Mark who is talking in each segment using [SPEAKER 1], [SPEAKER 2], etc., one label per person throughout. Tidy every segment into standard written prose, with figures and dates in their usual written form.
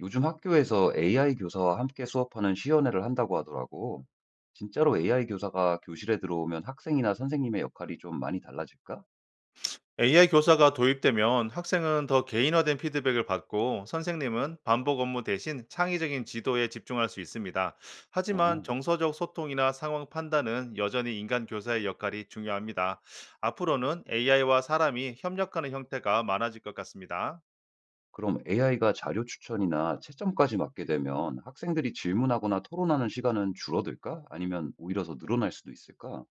[SPEAKER 1] 요즘 학교에서 AI 교사와 함께 수업하는 시연회를 한다고 하더라고. 진짜로 AI 교사가 교실에 들어오면 학생이나 선생님의 역할이 좀 많이 달라질까?
[SPEAKER 2] AI 교사가 도입되면 학생은 더 개인화된 피드백을 받고 선생님은 반복 업무 대신 창의적인 지도에 집중할 수 있습니다. 하지만
[SPEAKER 1] 어,
[SPEAKER 2] 정서적 소통이나 상황 판단은 여전히 인간 교사의 역할이 중요합니다. 앞으로는 AI와 사람이 협력하는 형태가 많아질 것 같습니다.
[SPEAKER 1] 그럼 AI가 자료 추천이나 채점까지 맡게 되면 학생들이 질문하거나 토론하는 시간은 줄어들까? 아니면 오히려 더 늘어날 수도 있을까?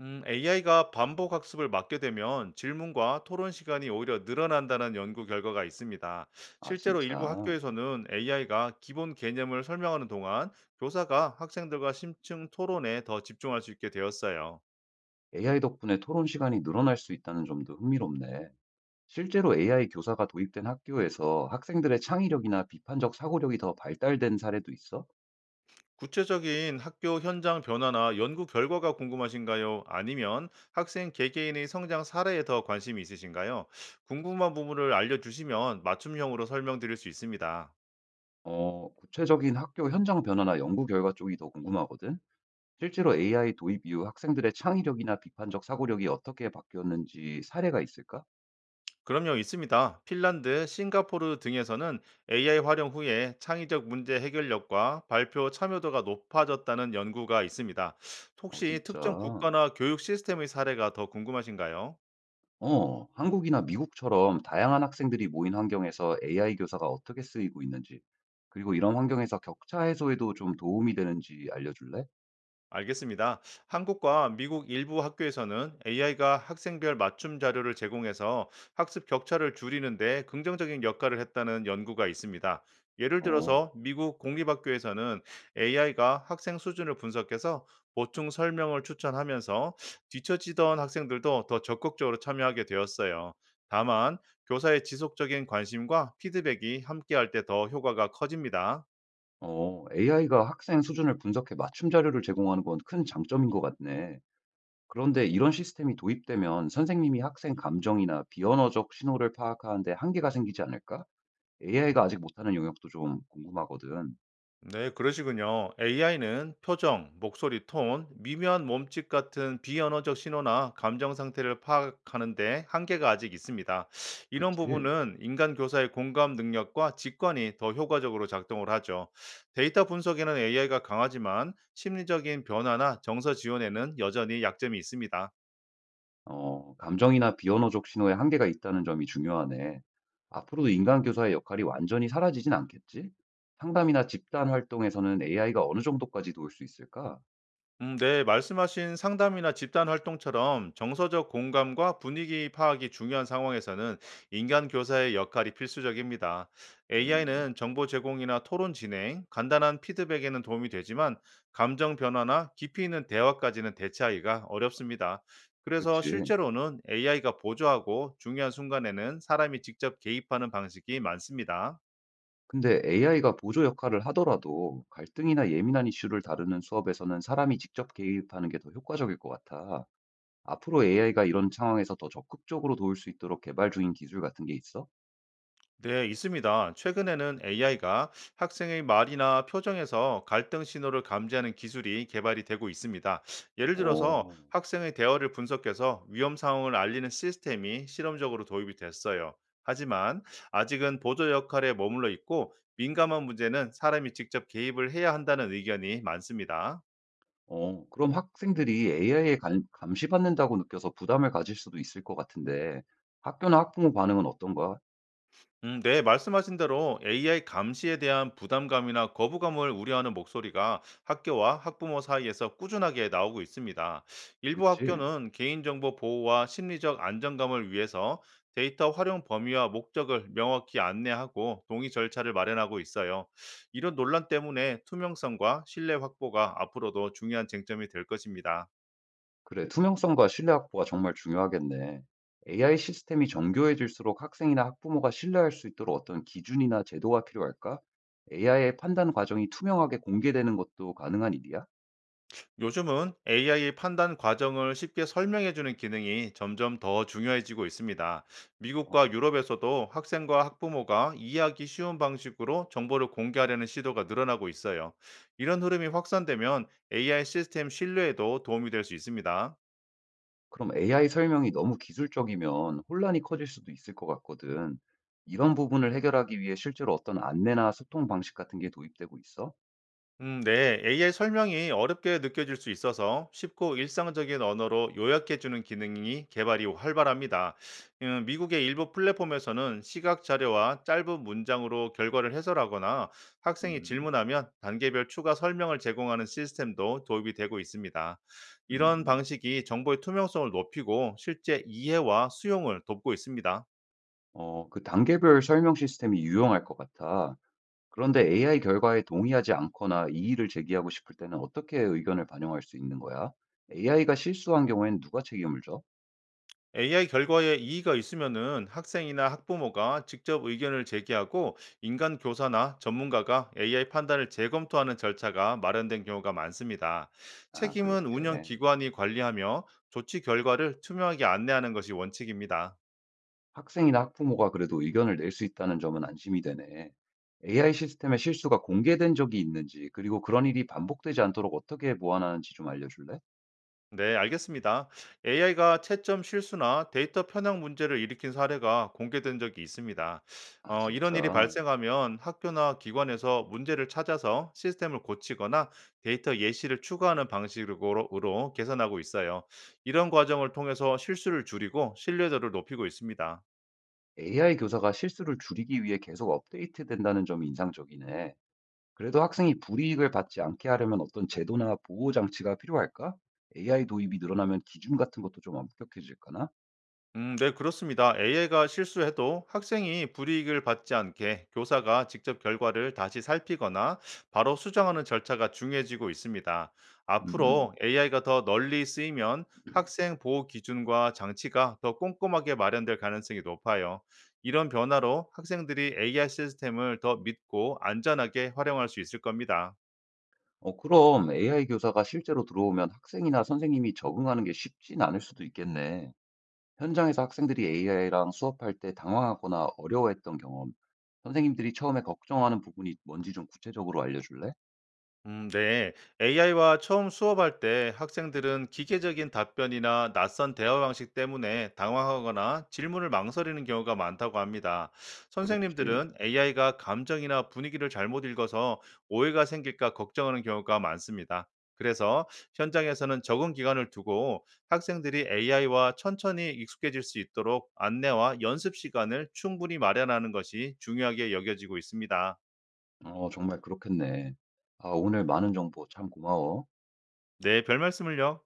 [SPEAKER 2] AI가 반복 학습을 막게 되면 질문과 토론 시간이 오히려 늘어난다는 연구 결과가 있습니다.
[SPEAKER 1] 아,
[SPEAKER 2] 실제로 일부
[SPEAKER 1] 진짜.
[SPEAKER 2] 학교에서는 AI가 기본 개념을 설명하는 동안 교사가 학생들과 심층 토론에 더 집중할 수 있게 되었어요.
[SPEAKER 1] AI 덕분에 토론 시간이 늘어날 수 있다는 점도 흥미롭네. 실제로 AI 교사가 도입된 학교에서 학생들의 창의력이나 비판적 사고력이 더 발달된 사례도 있어?
[SPEAKER 2] 구체적인 학교 현장 변화나 연구 결과가 궁금하신가요? 아니면 학생 개개인의 성장 사례에 더 관심이 있으신가요? 궁금한 부분을 알려주시면 맞춤형으로 설명드릴 수 있습니다.
[SPEAKER 1] 어, 구체적인 학교 현장 변화나 연구 결과 쪽이 더 궁금하거든. 실제로 AI 도입 이후 학생들의 창의력이나 비판적 사고력이 어떻게 바뀌었는지 사례가 있을까?
[SPEAKER 2] 그럼요, 있습니다. 핀란드, 싱가포르 등에서는 AI 활용 후에 창의적 문제 해결력과 발표 참여도가 높아졌다는 연구가 있습니다.
[SPEAKER 1] 어,
[SPEAKER 2] 혹시 특정
[SPEAKER 1] 진짜.
[SPEAKER 2] 국가나 교육 시스템의 사례가 더 궁금하신가요?
[SPEAKER 1] 어, 한국이나 미국처럼 다양한 학생들이 모인 환경에서 AI 교사가 어떻게 쓰이고 있는지, 그리고 이런 환경에서 격차 해소에도 좀 도움이 되는지 알려줄래?
[SPEAKER 2] 알겠습니다. 한국과 미국 일부 학교에서는 AI가 학생별 맞춤 자료를 제공해서 학습 격차를 줄이는데 긍정적인 역할을 했다는 연구가 있습니다. 예를
[SPEAKER 1] 어,
[SPEAKER 2] 들어서 미국 공립학교에서는 AI가 학생 수준을 분석해서 보충 설명을 추천하면서 뒤처지던 학생들도 더 적극적으로 참여하게 되었어요. 다만, 교사의 지속적인 관심과 피드백이 함께할 때 더 효과가 커집니다.
[SPEAKER 1] 어, AI가 학생 수준을 분석해 맞춤 자료를 제공하는 건 큰 장점인 것 같네. 그런데 이런 시스템이 도입되면 선생님이 학생 감정이나 비언어적 신호를 파악하는데 한계가 생기지 않을까? AI가 아직 못하는 영역도 좀 궁금하거든.
[SPEAKER 2] 네, 그러시군요. AI는 표정, 목소리 톤, 미묘한 몸짓 같은 비언어적 신호나 감정 상태를 파악하는데 한계가 아직 있습니다. 이런
[SPEAKER 1] 그치?
[SPEAKER 2] 부분은 인간 교사의 공감 능력과 직관이 더 효과적으로 작동을 하죠. 데이터 분석에는 AI가 강하지만 심리적인 변화나 정서 지원에는 여전히 약점이 있습니다.
[SPEAKER 1] 어, 감정이나 비언어적 신호에 한계가 있다는 점이 중요하네. 앞으로도 인간 교사의 역할이 완전히 사라지진 않겠지? 상담이나 집단 활동에서는 AI가 어느 정도까지 도울 수 있을까?
[SPEAKER 2] 네, 말씀하신 상담이나 집단 활동처럼 정서적 공감과 분위기 파악이 중요한 상황에서는 인간 교사의 역할이 필수적입니다.
[SPEAKER 1] 음,
[SPEAKER 2] AI는 정보 제공이나 토론 진행, 간단한 피드백에는 도움이 되지만 감정 변화나 깊이 있는 대화까지는 대체하기가 어렵습니다. 그래서
[SPEAKER 1] 그치.
[SPEAKER 2] 실제로는 AI가 보조하고 중요한 순간에는 사람이 직접 개입하는 방식이 많습니다.
[SPEAKER 1] 근데 AI가 보조 역할을 하더라도 갈등이나 예민한 이슈를 다루는 수업에서는 사람이 직접 개입하는 게 더 효과적일 것 같아. 앞으로 AI가 이런 상황에서 더 적극적으로 도울 수 있도록 개발 중인 기술 같은 게 있어?
[SPEAKER 2] 네, 있습니다. 최근에는 AI가 학생의 말이나 표정에서 갈등 신호를 감지하는 기술이 개발이 되고 있습니다. 예를 들어서
[SPEAKER 1] 어,
[SPEAKER 2] 학생의 대화를 분석해서 위험 상황을 알리는 시스템이 실험적으로 도입이 됐어요. 하지만 아직은 보조 역할에 머물러 있고 민감한 문제는 사람이 직접 개입을 해야 한다는 의견이 많습니다.
[SPEAKER 1] 어, 그럼 학생들이 AI에 감시받는다고 느껴서 부담을 가질 수도 있을 것 같은데 학교나 학부모 반응은 어떤가?
[SPEAKER 2] 네, 말씀하신 대로 AI 감시에 대한 부담감이나 거부감을 우려하는 목소리가 학교와 학부모 사이에서 꾸준하게 나오고 있습니다. 일부
[SPEAKER 1] 그치?
[SPEAKER 2] 학교는 개인정보 보호와 심리적 안정감을 위해서 데이터 활용 범위와 목적을 명확히 안내하고 동의 절차를 마련하고 있어요. 이런 논란 때문에 투명성과 신뢰 확보가 앞으로도 중요한 쟁점이 될 것입니다.
[SPEAKER 1] 그래, 투명성과 신뢰 확보가 정말 중요하겠네. AI 시스템이 정교해질수록 학생이나 학부모가 신뢰할 수 있도록 어떤 기준이나 제도가 필요할까? AI의 판단 과정이 투명하게 공개되는 것도 가능한 일이야?
[SPEAKER 2] 요즘은 AI 판단 과정을 쉽게 설명해주는 기능이 점점 더 중요해지고 있습니다.
[SPEAKER 1] 어,
[SPEAKER 2] 미국과 유럽에서도 학생과 학부모가 이해하기 쉬운 방식으로 정보를 공개하려는 시도가 늘어나고 있어요. 이런 흐름이 확산되면 AI 시스템 신뢰에도 도움이 될 수 있습니다.
[SPEAKER 1] 그럼 AI 설명이 너무 기술적이면 혼란이 커질 수도 있을 것 같거든. 이런 부분을 해결하기 위해 실제로 어떤 안내나 소통 방식 같은 게 도입되고 있어?
[SPEAKER 2] 네. AI 설명이 어렵게 느껴질 수 있어서 쉽고 일상적인 언어로 요약해주는 기능이 개발이 활발합니다. 미국의 일부 플랫폼에서는 시각 자료와 짧은 문장으로 결과를 해설하거나 학생이
[SPEAKER 1] 음,
[SPEAKER 2] 질문하면 단계별 추가 설명을 제공하는 시스템도 도입이 되고 있습니다.
[SPEAKER 1] 음,
[SPEAKER 2] 이런
[SPEAKER 1] 음.
[SPEAKER 2] 방식이 정보의 투명성을 높이고 실제 이해와 수용을 돕고 있습니다.
[SPEAKER 1] 어, 그 단계별 설명 시스템이 유용할 것 같아. 그런데 AI 결과에 동의하지 않거나 이의를 제기하고 싶을 때는 어떻게 의견을 반영할 수 있는 거야? AI가 실수한 경우엔 누가 책임을 져?
[SPEAKER 2] AI 결과에 이의가 있으면은 학생이나 학부모가 직접 의견을 제기하고 인간 교사나 전문가가 AI 판단을 재검토하는 절차가 마련된 경우가 많습니다.
[SPEAKER 1] 아,
[SPEAKER 2] 책임은 운영
[SPEAKER 1] 그렇게.
[SPEAKER 2] 기관이 관리하며 조치 결과를 투명하게 안내하는 것이 원칙입니다.
[SPEAKER 1] 학생이나 학부모가 그래도 의견을 낼 수 있다는 점은 안심이 되네. AI 시스템의 실수가 공개된 적이 있는지, 그리고 그런 일이 반복되지 않도록 어떻게 보완하는지 좀 알려줄래?
[SPEAKER 2] 네, 알겠습니다. AI가 채점 실수나 데이터 편향 문제를 일으킨 사례가 공개된 적이 있습니다.
[SPEAKER 1] 아,
[SPEAKER 2] 이런 일이
[SPEAKER 1] 진짜.
[SPEAKER 2] 발생하면 학교나 기관에서 문제를 찾아서 시스템을 고치거나 데이터 예시를 추가하는 방식으로 으로 개선하고 있어요. 이런 과정을 통해서 실수를 줄이고 신뢰도를 높이고 있습니다.
[SPEAKER 1] AI 교사가 실수를 줄이기 위해 계속 업데이트 된다는 점이 인상적이네. 그래도 학생이 불이익을 받지 않게 하려면 어떤 제도나 보호 장치가 필요할까? AI 도입이 늘어나면 기준 같은 것도 좀 엄격해질까나?
[SPEAKER 2] 네, 그렇습니다. AI가 실수해도 학생이 불이익을 받지 않게 교사가 직접 결과를 다시 살피거나 바로 수정하는 절차가 중요해지고 있습니다.
[SPEAKER 1] 음, 음.
[SPEAKER 2] 앞으로 AI가 더 널리 쓰이면 학생 보호 기준과 장치가 더 꼼꼼하게 마련될 가능성이 높아요. 이런 변화로 학생들이 AI 시스템을 더 믿고 안전하게 활용할 수 있을 겁니다.
[SPEAKER 1] 어, 그럼 AI 교사가 실제로 들어오면 학생이나 선생님이 적응하는 게 쉽진 않을 수도 있겠네. 현장에서 학생들이 AI랑 수업할 때 당황하거나 어려워했던 경험, 선생님들이 처음에 걱정하는 부분이 뭔지 좀 구체적으로 알려줄래?
[SPEAKER 2] 네. AI와 처음 수업할 때 학생들은 기계적인 답변이나 낯선 대화 방식 때문에 당황하거나 질문을 망설이는 경우가 많다고 합니다.
[SPEAKER 1] 그렇지.
[SPEAKER 2] 선생님들은 AI가 감정이나 분위기를 잘못 읽어서 오해가 생길까 걱정하는 경우가 많습니다. 그래서 현장에서는 적응 기간을 두고 학생들이 AI와 천천히 익숙해질 수 있도록 안내와 연습 시간을 충분히 마련하는 것이 중요하게 여겨지고 있습니다.
[SPEAKER 1] 어, 정말 그렇겠네. 아, 오늘 많은 정보 참 고마워.
[SPEAKER 2] 네, 별 말씀을요.